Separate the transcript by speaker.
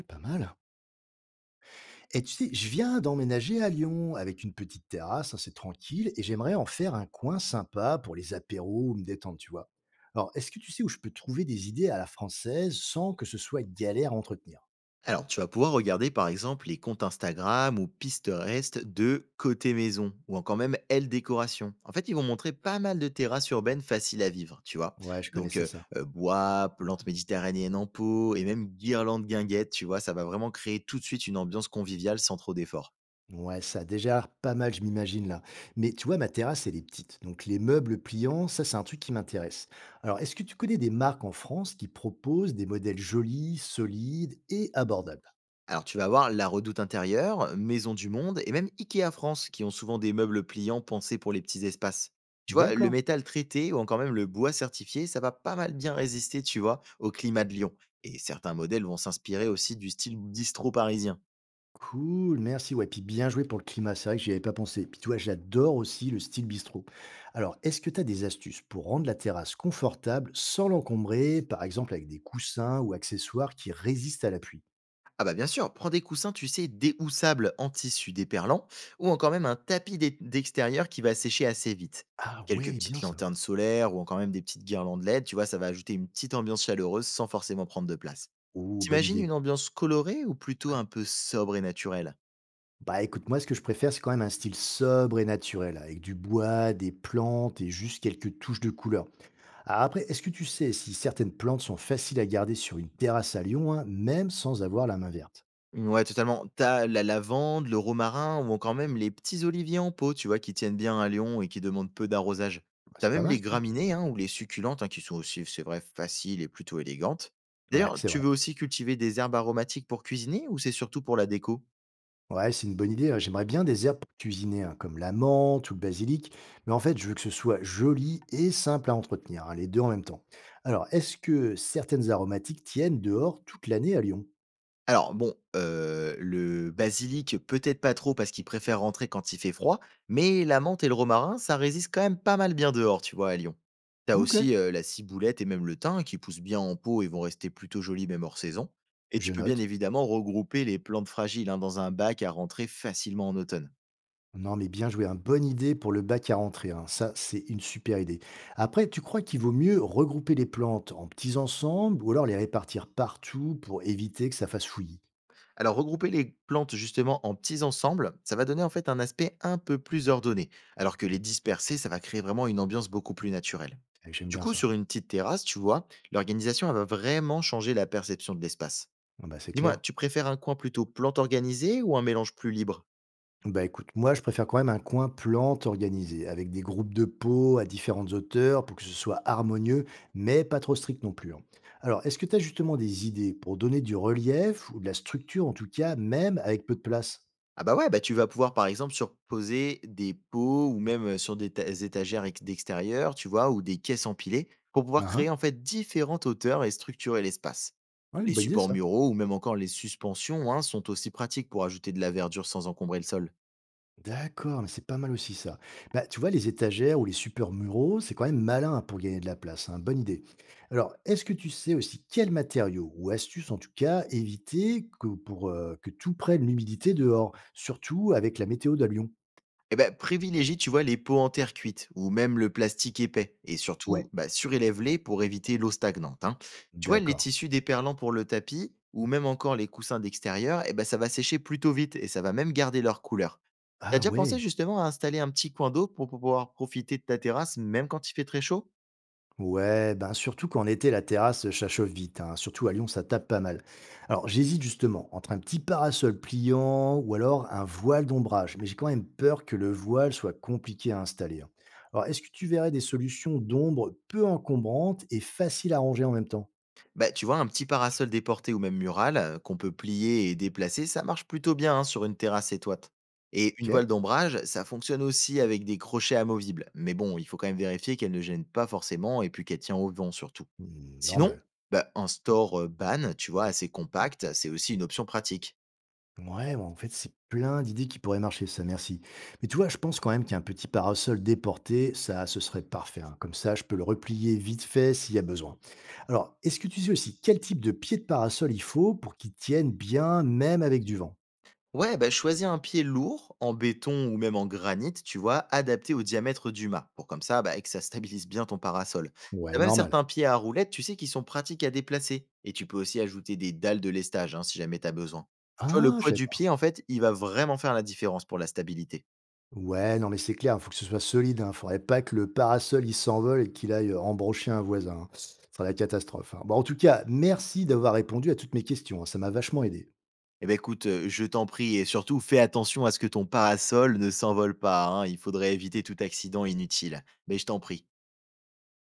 Speaker 1: Pas mal. Et tu sais, je viens d'emménager à Lyon avec une petite terrasse assez tranquille et j'aimerais en faire un coin sympa pour les apéros ou me détendre, tu vois. Alors, est-ce que tu sais où je peux trouver des idées à la française sans que ce soit galère à entretenir?
Speaker 2: Alors, tu vas pouvoir regarder par exemple les comptes Instagram ou Pinterest de Côté Maison ou encore même Elle Décoration. En fait, ils vont montrer pas mal de terrasses urbaines faciles à vivre, tu vois.
Speaker 1: Ouais, je
Speaker 2: Donc,
Speaker 1: connaissais
Speaker 2: euh,
Speaker 1: ça.
Speaker 2: euh, bois, plantes méditerranéennes en pot et même guirlandes guinguettes, tu vois, ça va vraiment créer tout de suite une ambiance conviviale sans trop d'efforts.
Speaker 1: Ouais, ça a déjà l'air pas mal, je m'imagine là. Mais tu vois, ma terrasse, elle est petite. Donc, les meubles pliants, ça, c'est un truc qui m'intéresse. Alors, est-ce que tu connais des marques en France qui proposent des modèles jolis, solides et abordables?
Speaker 2: Alors tu vas avoir La Redoute Intérieure, Maison du Monde et même IKEA France qui ont souvent des meubles pliants pensés pour les petits espaces. Tu vois, le
Speaker 1: D'accord.
Speaker 2: métal traité ou encore même le bois certifié, ça va pas mal bien résister, tu vois, au climat de Lyon. Et certains modèles vont s'inspirer aussi du style bistrot parisien.
Speaker 1: Cool, merci. Ouais, puis bien joué pour le climat, c'est vrai que j'y avais pas pensé. Puis toi, j'adore aussi le style bistrot. Alors, est-ce que tu as des astuces pour rendre la terrasse confortable sans l'encombrer, par exemple avec des coussins ou accessoires qui résistent à la pluie?
Speaker 2: Ah bah bien sûr, prends des coussins, tu sais, déhoussables en tissu déperlant, ou encore même un tapis d'extérieur qui va sécher assez vite.
Speaker 1: Ah
Speaker 2: Quelques
Speaker 1: ouais, bien
Speaker 2: petites
Speaker 1: ça.
Speaker 2: lanternes solaires ou encore même des petites guirlandes LED, tu vois, ça va ajouter une petite ambiance chaleureuse sans forcément prendre de place.
Speaker 1: Oh, bonne
Speaker 2: T'imagines
Speaker 1: idée.
Speaker 2: une ambiance colorée ou plutôt un peu sobre et naturelle?
Speaker 1: Bah écoute, moi ce que je préfère, c'est quand même un style sobre et naturel, avec du bois, des plantes et juste quelques touches de couleur. Alors après, est-ce que tu sais si certaines plantes sont faciles à garder sur une terrasse à Lyon, hein, même sans avoir la main verte?
Speaker 2: Ouais, totalement. T'as la lavande, le romarin ou encore même les petits oliviers en pot, tu vois, qui tiennent bien à Lyon et qui demandent peu d'arrosage.
Speaker 1: Bah,
Speaker 2: T'as
Speaker 1: c'est pas
Speaker 2: même
Speaker 1: mal
Speaker 2: les
Speaker 1: ça.
Speaker 2: graminées hein, ou les succulentes, hein, qui sont aussi, c'est vrai, faciles et plutôt élégantes.
Speaker 1: Ouais,
Speaker 2: D'ailleurs,
Speaker 1: c'est
Speaker 2: tu
Speaker 1: vrai.
Speaker 2: veux aussi cultiver des herbes aromatiques pour cuisiner ou c'est surtout pour la déco?
Speaker 1: Ouais, c'est une bonne idée, hein. J'aimerais bien des herbes pour cuisiner, hein, comme la menthe ou le basilic. Mais en fait, je veux que ce soit joli et simple à entretenir, hein, les deux en même temps. Alors, est-ce que certaines aromatiques tiennent dehors toute l'année à Lyon?
Speaker 2: Alors bon, le basilic, peut-être pas trop parce qu'il préfère rentrer quand il fait froid, mais la menthe et le romarin, ça résiste quand même pas mal bien dehors, tu vois, à Lyon. T'as
Speaker 1: Ok,
Speaker 2: aussi, la ciboulette et même le thym qui poussent bien en pot et vont rester plutôt jolis même hors saison, et
Speaker 1: je
Speaker 2: tu peux bien
Speaker 1: note.
Speaker 2: évidemment regrouper les plantes fragiles, hein, dans un bac à rentrer facilement en automne.
Speaker 1: Non, mais bien joué. Une bonne idée pour le bac à rentrer, hein. Ça, c'est une super idée. Après, tu crois qu'il vaut mieux regrouper les plantes en petits ensembles ou alors les répartir partout pour éviter que ça fasse fouillis?
Speaker 2: Alors, regrouper les plantes justement en petits ensembles, ça va donner en fait un aspect un peu plus ordonné, alors que les disperser, ça va créer vraiment une ambiance beaucoup plus naturelle.
Speaker 1: Eh, j'aime
Speaker 2: Du
Speaker 1: bien
Speaker 2: coup,
Speaker 1: ça.
Speaker 2: sur une petite terrasse, tu vois, l'organisation elle va vraiment changer la perception de l'espace.
Speaker 1: Ah bah, c'est
Speaker 2: Dis-moi,
Speaker 1: clair.
Speaker 2: tu préfères un coin plutôt plante organisée ou un mélange plus libre?
Speaker 1: Bah, écoute, moi, je préfère quand même un coin plante organisé, avec des groupes de pots à différentes hauteurs pour que ce soit harmonieux, mais pas trop strict non plus, hein. Alors, est-ce que tu as justement des idées pour donner du relief ou de la structure en tout cas, même avec peu de place?
Speaker 2: Ah bah ouais, bah tu vas pouvoir par exemple surposer des pots ou même sur des étagères d'extérieur, tu vois, ou des caisses empilées pour
Speaker 1: Hein,
Speaker 2: pouvoir
Speaker 1: hein.
Speaker 2: créer en fait différentes hauteurs et structurer l'espace.
Speaker 1: Ouais, une
Speaker 2: Les
Speaker 1: bonne idée
Speaker 2: supports
Speaker 1: ça.
Speaker 2: muraux ou même encore les suspensions hein, sont aussi pratiques pour ajouter de la verdure sans encombrer le sol.
Speaker 1: D'accord, mais c'est pas mal aussi ça. Bah, tu vois, les étagères ou les super muraux, c'est quand même malin pour gagner de la place, hein, bonne idée. Alors, est-ce que tu sais aussi quels matériaux ou astuces en tout cas éviter que, pour que tout prenne l'humidité dehors, surtout avec la météo de Lyon?
Speaker 2: Eh ben, privilégie, tu vois, les pots en terre cuite ou même le plastique épais. Et
Speaker 1: Ouais,
Speaker 2: surtout, bah, surélève-les pour éviter l'eau stagnante, hein. Tu vois, les
Speaker 1: d'accord.
Speaker 2: tissus déperlants pour le tapis ou même encore les coussins d'extérieur, eh ben, ça va sécher plutôt vite et ça va même garder leur couleur. T'as
Speaker 1: Ah
Speaker 2: déjà pensé
Speaker 1: ouais.
Speaker 2: justement à installer un petit coin d'eau pour pouvoir profiter de ta terrasse même quand il fait très chaud?
Speaker 1: Ouais, ben surtout qu'en été, la terrasse, ça chauffe vite, hein. Surtout à Lyon, ça tape pas mal. Alors, j'hésite justement entre un petit parasol pliant ou alors un voile d'ombrage. Mais j'ai quand même peur que le voile soit compliqué à installer, hein. Alors, est-ce que tu verrais des solutions d'ombre peu encombrantes et faciles à ranger en même temps?
Speaker 2: Bah, tu vois, un petit parasol déporté ou même mural qu'on peut plier et déplacer, ça marche plutôt bien hein, sur une terrasse étoite. Et une
Speaker 1: Ok,
Speaker 2: voile d'ombrage, ça fonctionne aussi avec des crochets amovibles. Mais bon, il faut quand même vérifier qu'elle ne gêne pas forcément et puis qu'elle tient au vent surtout.
Speaker 1: hmm, normal.
Speaker 2: Sinon, bah, un store ban, tu vois, assez compact, c'est aussi une option pratique.
Speaker 1: Ouais, bon, en fait, c'est plein d'idées qui pourraient marcher, ça, merci. Mais tu vois, je pense quand même qu'un petit parasol déporté, ça, ce serait parfait, hein. Comme ça, je peux le replier vite fait s'il y a besoin. Alors, est-ce que tu sais aussi quel type de pied de parasol il faut pour qu'il tienne bien, même avec du vent?
Speaker 2: Ouais, bah, choisis un pied lourd, en béton ou même en granit, tu vois, adapté au diamètre du mât, pour comme ça, bah, et que ça stabilise bien ton parasol.
Speaker 1: Ouais,
Speaker 2: T'as même
Speaker 1: normal.
Speaker 2: certains pieds à roulettes, tu sais, qui sont pratiques à déplacer. Et tu peux aussi ajouter des dalles de lestage, hein, si jamais t'as besoin. Tu vois, le
Speaker 1: Ah, je
Speaker 2: poids
Speaker 1: savais
Speaker 2: du
Speaker 1: pas.
Speaker 2: pied, en fait, il va vraiment faire la différence pour la stabilité.
Speaker 1: Ouais, non, mais c'est clair, il faut que ce soit solide. Il faudrait pas que le parasol, il s'envole et qu'il aille embrocher un voisin, hein. Ce serait la catastrophe, hein. Bon, en tout cas, merci d'avoir répondu à toutes mes questions, hein. Ça m'a vachement aidé.
Speaker 2: Eh ben écoute, je t'en prie, et surtout fais attention à ce que ton parasol ne s'envole pas, hein, il faudrait éviter tout accident inutile. Mais je t'en prie.